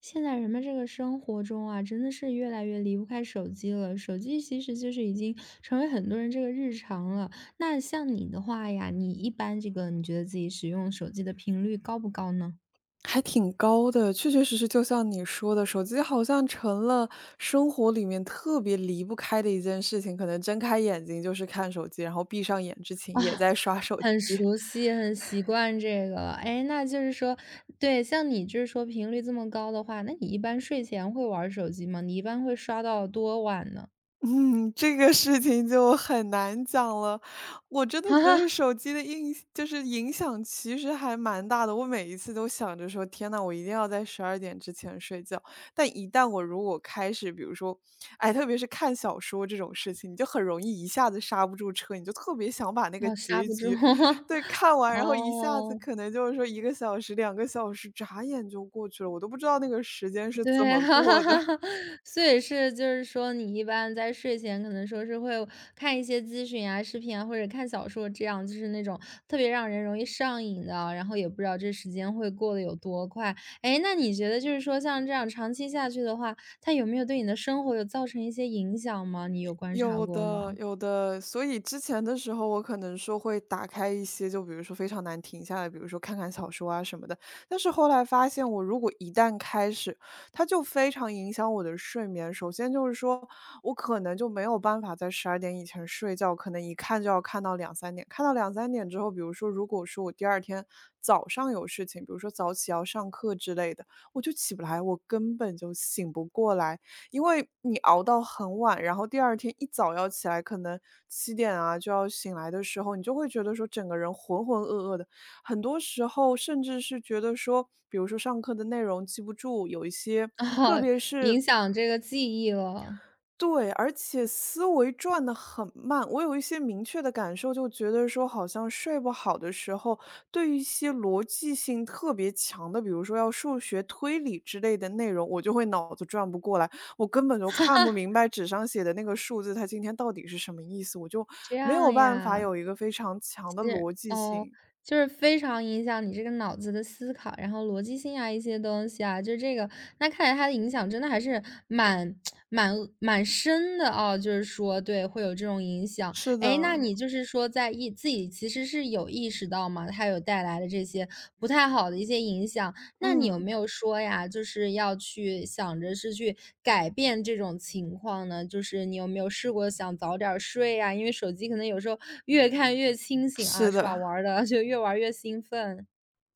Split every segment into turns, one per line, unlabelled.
现在人们这个生活中啊，真的是越来越离不开手机了。手机其实就是已经成为很多人这个日常了。那像你的话呀，你一般这个你觉得自己使用手机的频率高不高呢？
还挺高的，确确实实就像你说的，手机好像成了生活里面特别离不开的一件事情，可能睁开眼睛就是看手机，然后闭上眼之前
啊，
也在刷手
很
机。
熟悉，很习惯这个了。哎，那就是说，对，像你就是说频率这么高的话，那你一般睡前会玩儿手机吗？你一般会刷到多晚呢？
嗯，这个事情就很难讲了。我真的
哈
觉
哈，
得手机的印就是影响其实还蛮大的。我每一次都想着说：“天呐，我一定要在十二点之前睡觉。”但一旦我如果开始，比如说，哎，特别是看小说这种事情，你就很容易一下子刹不住车，你就特别想把那个
啊，刹
结
不住。
局 对，看完，然后一下子
哦，
可能就是说1个小时、2个小时，眨眼就过去了，我都不知道那个时间是怎
对，
么
哈哈
过的。
哈哈。所以是就是说你一般在睡前可能说是会看一些资讯啊、视频啊，或者看小说这样，就是那种特别让人容易上瘾的啊，然后也不知道这时间会过得有多快。哎，那你觉得就是说像这样长期下去的话，它有没有对你的生活有造成一些影响吗？你有观察
有
过吗？
的，有 的。所以之前的时候，我可能说会打开一些，就比如说非常难停下来，比如说看看小说啊什么的。但是后来发现，我如果一旦开始，它就非常影响我的睡眠。首先就是说，我可能就没有办法在十二点以前睡觉，可能一看就要看到两三点。看到两三点之后，比如说，如果说我第二天早上有事情，比如说早起要上课之类的，我就起不来，我根本就醒不过来。因为你熬到很晚，然后第二天一早要起来，可能7点啊就要醒来的时候，你就会觉得说整个人浑浑噩噩的。很多时候甚至是觉得说，比如说上课的内容记不住，有一些
哦，影响这个记忆了，
对，而且思维转的很慢。我有一些明确的感受，就觉得说好像睡不好的时候，对于一些逻辑性特别强的，比如说要数学推理之类的内容，我就会脑子转不过来，我根本就看不明白纸上写的那个数字，它今天到底是什么意思，我就
这
没有
样
办法
呀。
有一个非常强的逻辑
哦，
性。
就是非常影响你这个脑子的思考，然后逻辑性啊一些东西啊，就这个，那看来它的影响真的还是蛮 蛮深的啊，就是说对，会有这种影响。
是
哎，
的，
那你就是说在意自己其实是有意识到嘛，它有带来的这些不太好的一些影响，那你有
嗯，
没有说呀，就是要去想着是去改变这种情况呢？就是你有没有试过想早点儿睡呀？因为手机可能有时候越看越清醒啊，
是
是吧？
的。
玩儿的 就越玩儿越兴奋。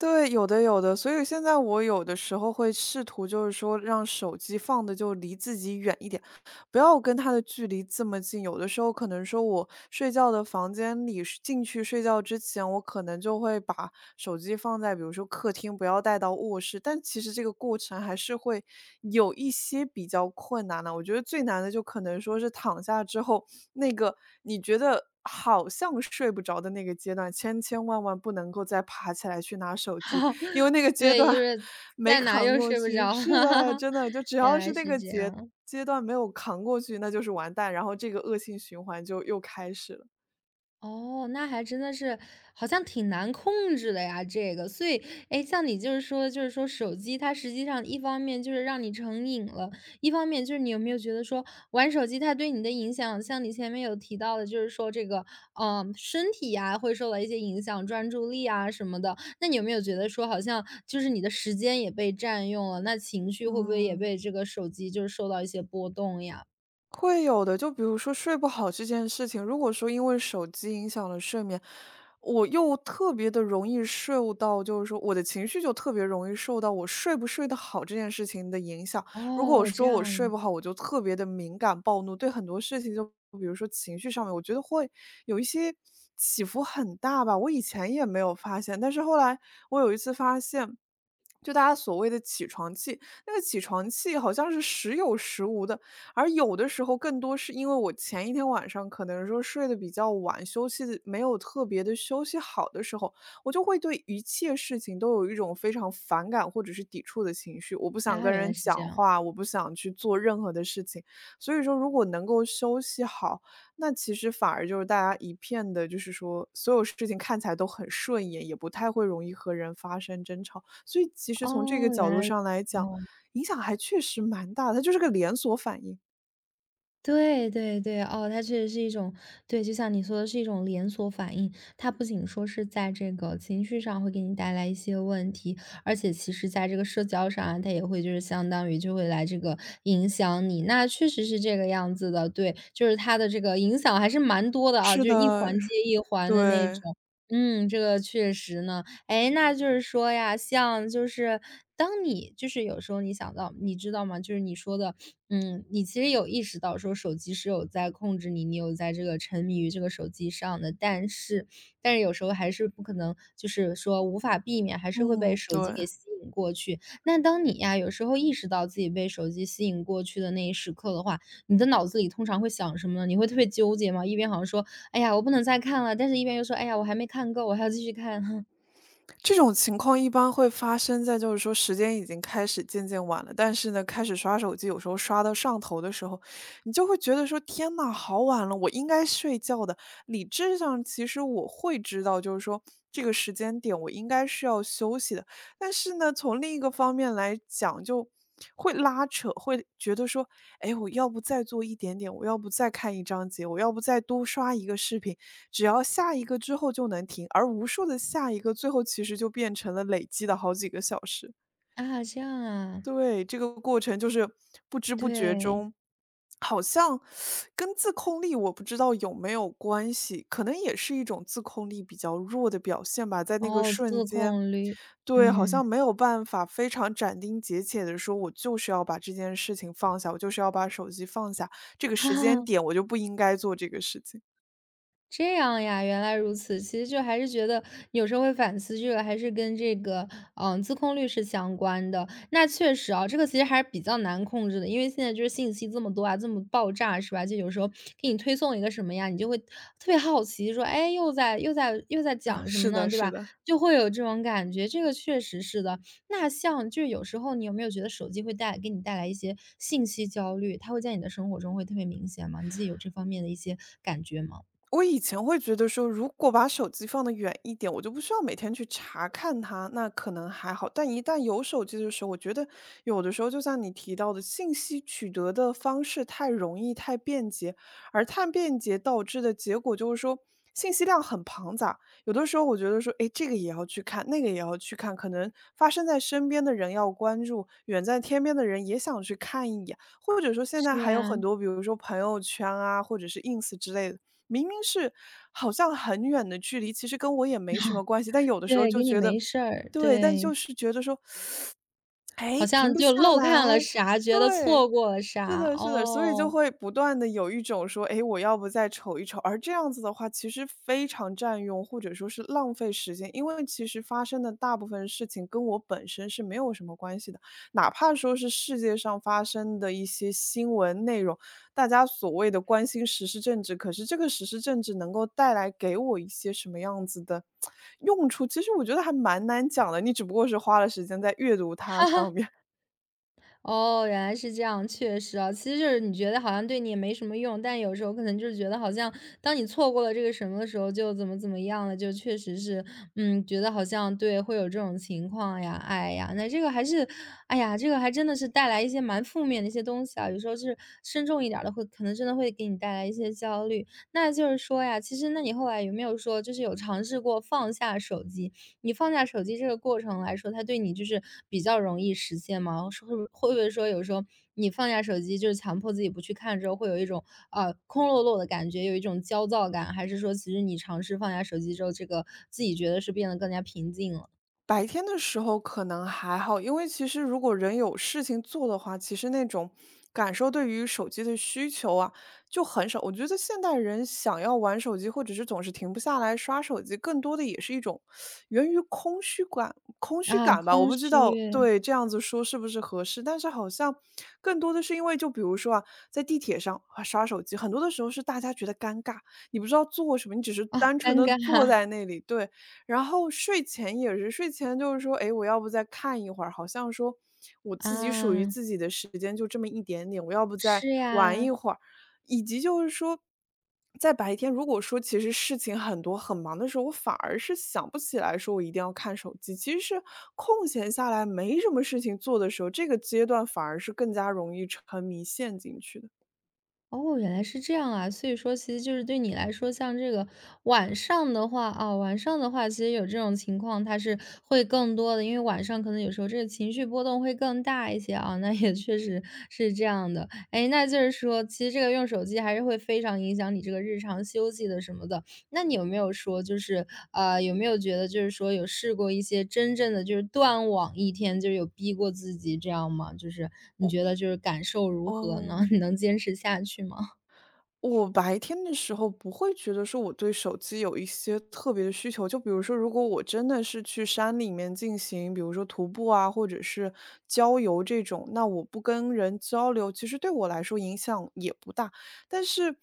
对，有的有的，所以现在我有的时候会试图就是说让手机放的就离自己远一点，不要跟它的距离这么近。有的时候可能说我睡觉的房间里是进去睡觉之前，我可能就会把手机放在比如说客厅，不要带到卧室，但其实这个过程还是会有一些比较困难的。我觉得最难的就可能说是躺下之后，那个你觉得好像睡不着的那个阶段，千千万万不能够再爬起来去拿手机，因为 那个阶
对，
段
就是
没
在哪
扛
又
过
睡不
去。
着。
是的，真的，就只
原
要是
来
那
是
个
这
阶
样。
阶段没有扛过去，那就是完蛋，然后这个恶性循环就又开始了。
哦，那还真的是好像挺难控制的呀，这个。所以，哎，像你就是说手机它实际上一方面就是让你成瘾了，一方面就是你有没有觉得说玩手机它对你的影响，像你前面有提到的，就是说这个，嗯，身体呀会受到一些影响，专注力啊什么的。那你有没有觉得说好像就是你的时间也被占用了，那情绪会不会也
嗯。
被这个手机就是受到一些波动呀？
会有的，就比如说睡不好这件事情，如果说因为手机影响了睡眠，我又特别的容易受到，就是说我的情绪就特别容易受到我睡不睡得好这件事情的影响。如果我
哦，这
说我睡
样，
不好，我就特别的敏感暴怒，对很多事情就比如说情绪上面，我觉得会有一些起伏很大吧。我以前也没有发现，但是后来我有一次发现。就大家所谓的起床气，那个起床气好像是时有时无的，而有的时候更多是因为我前一天晚上可能说睡得比较晚，休息得没有特别的休息好的时候，我就会对一切事情都有一种非常反感或者是抵触的情绪。我不想
啊，
跟
原来
人
是这
讲
样。
话，我不想去做任何的事情。所以说如果能够休息好，那其实反而就是大家一片的就是说所有事情看起来都很顺眼，也不太会容易和人发生争吵。所以其实从这个
哦，原
角度
来
上来讲，
如此
影响还确实蛮大的，它就是个连锁反应。
对对对，哦，它确实是一种对，就像你说的是一种连锁反应。它不仅说是在这个情绪上会给你带来一些问题，而且其实在这个社交上啊，它也会就是相当于就会来这个影响你。那确实是这个样子的，对，就是它的这个影响还是蛮多的啊，
是
就是一
的，
环接一环的那
对，
种。嗯，这个确实呢。哎，那就是说呀，像就是当你就是有时候你想到，你知道吗？就是你说的嗯，你其实有意识到说手机是有在控制你，你有在这个沉迷于这个手机上的，但是有时候还是不可能，就是说无法避免，还是会被
嗯，
手机
对。
给吸引过去。那当你呀有时候意识到自己被手机吸引过去的那一时刻的话，你的脑子里通常会想什么呢？你会特别纠结吗？一边好像说，哎呀，我不能再看了，但是一边又说，哎呀，我还没看够，我还要继续看。
这种情况一般会发生在就是说时间已经开始渐渐晚了，但是呢，开始刷手机，有时候刷到上头的时候，你就会觉得说：“天呐，好晚了，我应该睡觉的。”理智上其实我会知道，就是说这个时间点我应该是要休息的。但是呢，从另一个方面来讲，就会拉扯，会觉得说，哎，我要不再做一点点，我要不再看一章节，我要不再多刷一个视频，只要下一个之后就能停，而无数的下一个，最后其实就变成了累积的好几个小时。
啊，这样啊，
对，这个过程就是不知不觉
对，
中，好像跟自控力我不知道有没有关系，可能也是一种自控力比较弱的表现吧。在那个
哦，
瞬
自
间，
控力，
对，好
嗯。
像没有办法非常斩钉截铁的说，我就是要把这件事情放下，我就是要把手机放下，这个
哈
时间
哈。
点我就不应该做这个事情。
这样呀，原来如此。其实就还是觉得有时候会反思，这个还是跟这个嗯自控力是相关的。那确实啊，这个其实还是比较难控制的，因为现在就是信息这么多啊，这么爆炸是吧？就有时候给你推送一个什么呀，你就会特别好奇，说哎又在
啊，
讲什么
是
呢，
的，
对
是
吧？
的。
就会有这种感觉，这个确实是的。那像就是有时候你有没有觉得手机会带给你带来一些信息焦虑？它会在你的生活中会特别明显吗？你自己有这方面的一些感觉吗？
我以前会觉得说，如果把手机放得远一点，我就不需要每天去查看它，那可能还好。但一旦有手机的时候，我觉得有的时候就像你提到的，信息取得的方式太容易、太便捷，而太便捷导致的结果就是说信息量很庞杂。有的时候我觉得说，诶，这个也要去看，那个也要去看，可能发生在身边的人要关注，远在天边的人也想去看一眼。或者说现在
是
还有
呀，
很多，比如说朋友圈啊，或者是 ins 之类的，明明是好像很远的距离，其实跟我也没什么关系，但有的时候
对，
就
跟你
觉得
没事儿，
对，但就
对，
是觉得说，哎，
好
停
像
不
就
下
漏看了
来，
啥，觉得
对。
错过了
是
啥，
的，是的，所以就
哦。
会不断的有一种说，哎，我要不再瞅一瞅，而这样子的话，其实非常占用或者说是浪费时间。因为其实发生的大部分事情跟我本身是没有什么关系的，哪怕说是世界上发生的一些新闻内容，大家所谓的关心时事政治，可是这个时事政治能够带来给我一些什么样子的 用处，其实我觉得还蛮难讲的，你只不过是花了时间在阅读 它
哈哈。
上面。
哦，原来是这样，确实啊，其实就是你觉得好像对你也没什么用，但有时候可能就是觉得好像当你错过了这个什么的时候，就怎么怎么样了，就确实是，嗯，觉得好像对会有这种情况呀，哎呀，那这个还是，哎呀，这个还真的是带来一些蛮负面的一些东西啊，有时候就是深重一点儿的会，可能真的会给你带来一些焦虑。那就是说呀，其实那你后来有没有说，就是有尝试过放下手机，你放下手机这个过程来说，它对你就是比较容易实现吗？是会不会说有时候你放下手机，就是强迫自己不去看之后，会有一种空落落的感觉，有一种焦躁感，还是说其实你尝试放下手机之后，这个自己觉得是变得更加平静了
白天的时候可能还好，因为其实如果人有事情做的话，其实那种感受对于手机的需求啊，就很少。我觉得现代人想要玩手机，或者是总是停不下来刷手机，更多的也是一种源于空虚感，空虚
啊，
感吧。我
空
不知道
虚
对这样子说是不是合适，但是好像更多的是因为，就比如说啊，在地铁上啊刷手机，很多的时候是大家觉得尴尬，你不知道做什么，你只是
啊，
单纯
尴
的
尬
坐 在那里，对。然后睡前也是，睡前就是说，诶，我要不再看一会儿，好像说我自己属于
啊，
自己的时间就这么一点点，我要不再
是
玩一
呀。
会儿，以及就是说，在白天如果说其实事情很多很忙的时候，我反而是想不起来说我一定要看手机，其实是空闲下来没什么事情做的时候，这个阶段反而是更加容易沉迷陷进去的。
哦，原来是这样啊，所以说其实就是对你来说，像这个晚上的话，其实有这种情况，它是会更多的，因为晚上可能有时候这个情绪波动会更大一些啊，那也确实是这样的。哎，那就是说，其实这个用手机还是会非常影响你这个日常休息的什么的。那你有没有说就是，有没有觉得就是说有试过一些真正的就是断网一天，就是有逼过自己这样吗？就是你觉得就是感受如何呢？
哦。
你能坚持下去吗？
我白天的时候不会觉得说我对手机有一些特别的需求，就比如说，如果我真的是去山里面进行，比如说徒步啊，或者是郊游这种，那我不跟人交流，其实对我来说影响也不大。但是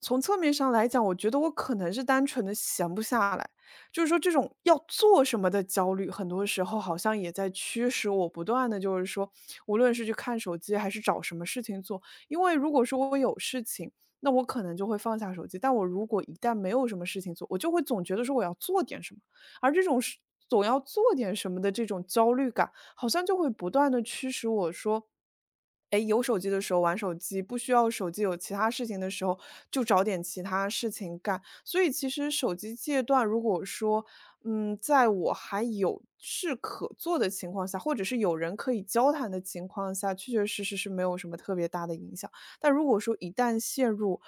从侧面上来讲，我觉得我可能是单纯的闲不下来，就是说这种要做什么的焦虑，很多时候好像也在驱使我不断的，就是说，无论是去看手机还是找什么事情做，因为如果说我有事情。那我可能就会放下手机。但我如果一旦没有什么事情做，我就会总觉得说我要做点什么，而这种事总要做点什么的这种焦虑感，好像就会不断的驱使我说。哎，有手机的时候玩手机，不需要手机有其他事情的时候，就找点其他事情干。所以其实手机戒断，如果说，嗯，在我还有事可做的情况下，或者是有人可以交谈的情况下，确确实实是没有什么特别大的影响。但如果说一旦陷入，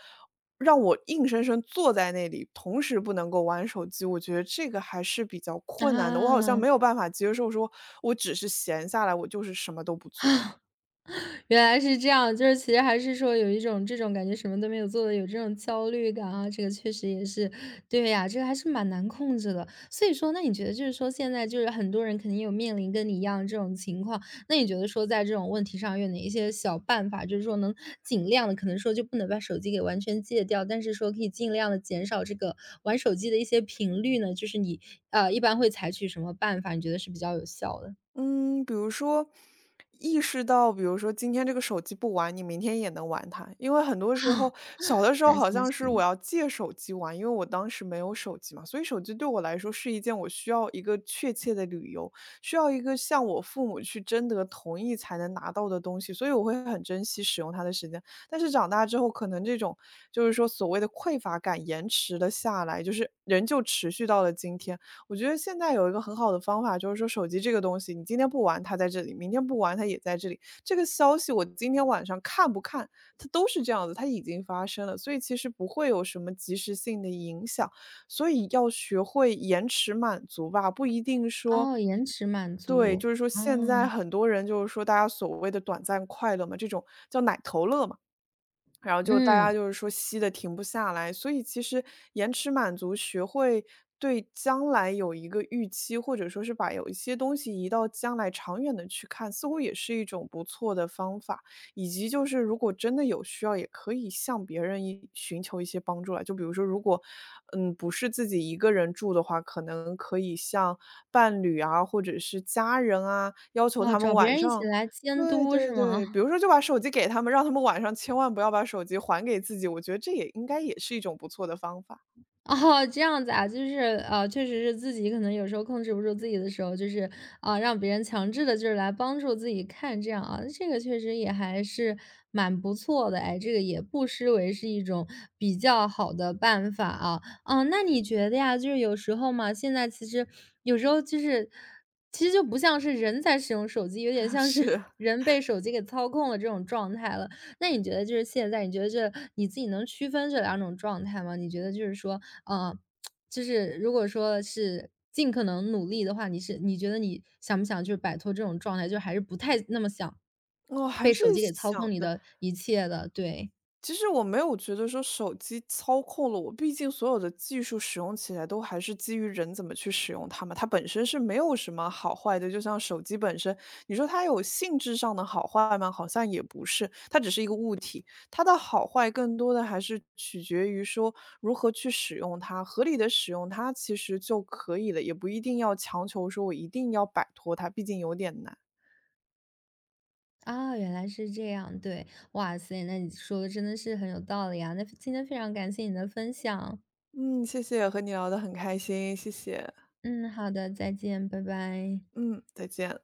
让我硬生生坐在那里，同时不能够玩手机，我觉得这个还是比较困难的。我好像
啊。
没有办法接受说，我只是闲下来，我就是什么都不做。
原来是这样，就是其实还是说有一种这种感觉什么都没有做的，有这种焦虑感啊，这个确实也是，对呀，这个还是蛮难控制的。所以说，那你觉得就是说现在就是很多人肯定有面临跟你一样这种情况，那你觉得说在这种问题上有哪一些小办法，就是说能尽量的，可能说就不能把手机给完全戒掉，但是说可以尽量的减少这个玩手机的一些频率呢？就是你一般会采取什么办法？你觉得是比较有效的？
嗯，比如说意识到，比如说今天这个手机不玩，你明天也能玩它。因为很多时候，小的时候
那
好
确
像是我
实，
要借手机玩，因为我当时没有手机嘛，所以手机对我来说是一件我需要一个确切的理由，需要一个向我父母去征得同意才能拿到的东西，所以我会很珍惜使用它的时间。但是长大之后，可能这种就是说所谓的匮乏感延迟了下来，就是仍旧持续到了今天。我觉得现在有一个很好的方法，就是说手机这个东西，你今天不玩它在这里，明天不玩它也在这里。这个消息我今天晚上看不看，它都是这样子，它已经发生了，所以其实不会有什么及时性的影响。所以要学会延迟满足吧，不一定说
哦，延迟满
对，
足，
就是说现在
哦，
很多人就是说大家所谓的短暂快乐嘛，这种叫奶头乐嘛。然后就大
嗯，
家就是说吸的停不下来，所以其实延迟满足，学会对将来有一个预期，或者说是把有一些东西移到将来长远的去看，似乎也是一种不错的方法。以及就是如果真的有需要，也可以向别人一寻求一些帮助来，就比如说，如果不是自己一个人住的话，可能可以向伴侣啊，或者是家人啊，要求
哦，
他们
找别
晚
人一起
上
来监
对
督
对
是吗？
对，比如说就把手机给他们，让他们晚上千万不要把手机还给自己，我觉得这也应该也是一种不错的方法。
哦，这样子啊，就是，确实是自己可能有时候控制不住自己的时候，就是，啊，让别人强制的，就是来帮助自己看这样啊，这个确实也还是蛮不错的，哎，这个也不失为是一种比较好的办法啊。嗯，那你觉得呀，就是有时候嘛，现在其实有时候就是其实就不像是人在使用手机，有点 像
是。
是 人被手机给操控了这种状态了。那你觉得就是现在，你觉得这你自己能区分这两种状态吗？你觉得就是说，呃，就是如果说是尽可能努力的话，你是你觉得你想不想就是摆脱这种状态，就还是不太那么想
我还
被
是
手机给操
想
控你
的
的一切的，对。
其实我没有觉得说手机操控了我，毕竟所有的技术使用起来都还是基于人怎么去使用它嘛，它本身是没有什么好坏的。就像手机本身，你说它有性质上的好坏吗？好像也不是，它只是一个物体，它的好坏更多的还是取决于说如何去使用它，合理的使用它其实就可以了，也不一定要强求说我一定要摆脱它，毕竟有点难。
啊，原来是这样，对，哇塞，那你说的真的是很有道理啊！那今天非常感谢你的分享，
嗯，谢谢，和你聊得很开心，谢谢。
嗯，好的，再见，拜拜。
嗯，再见。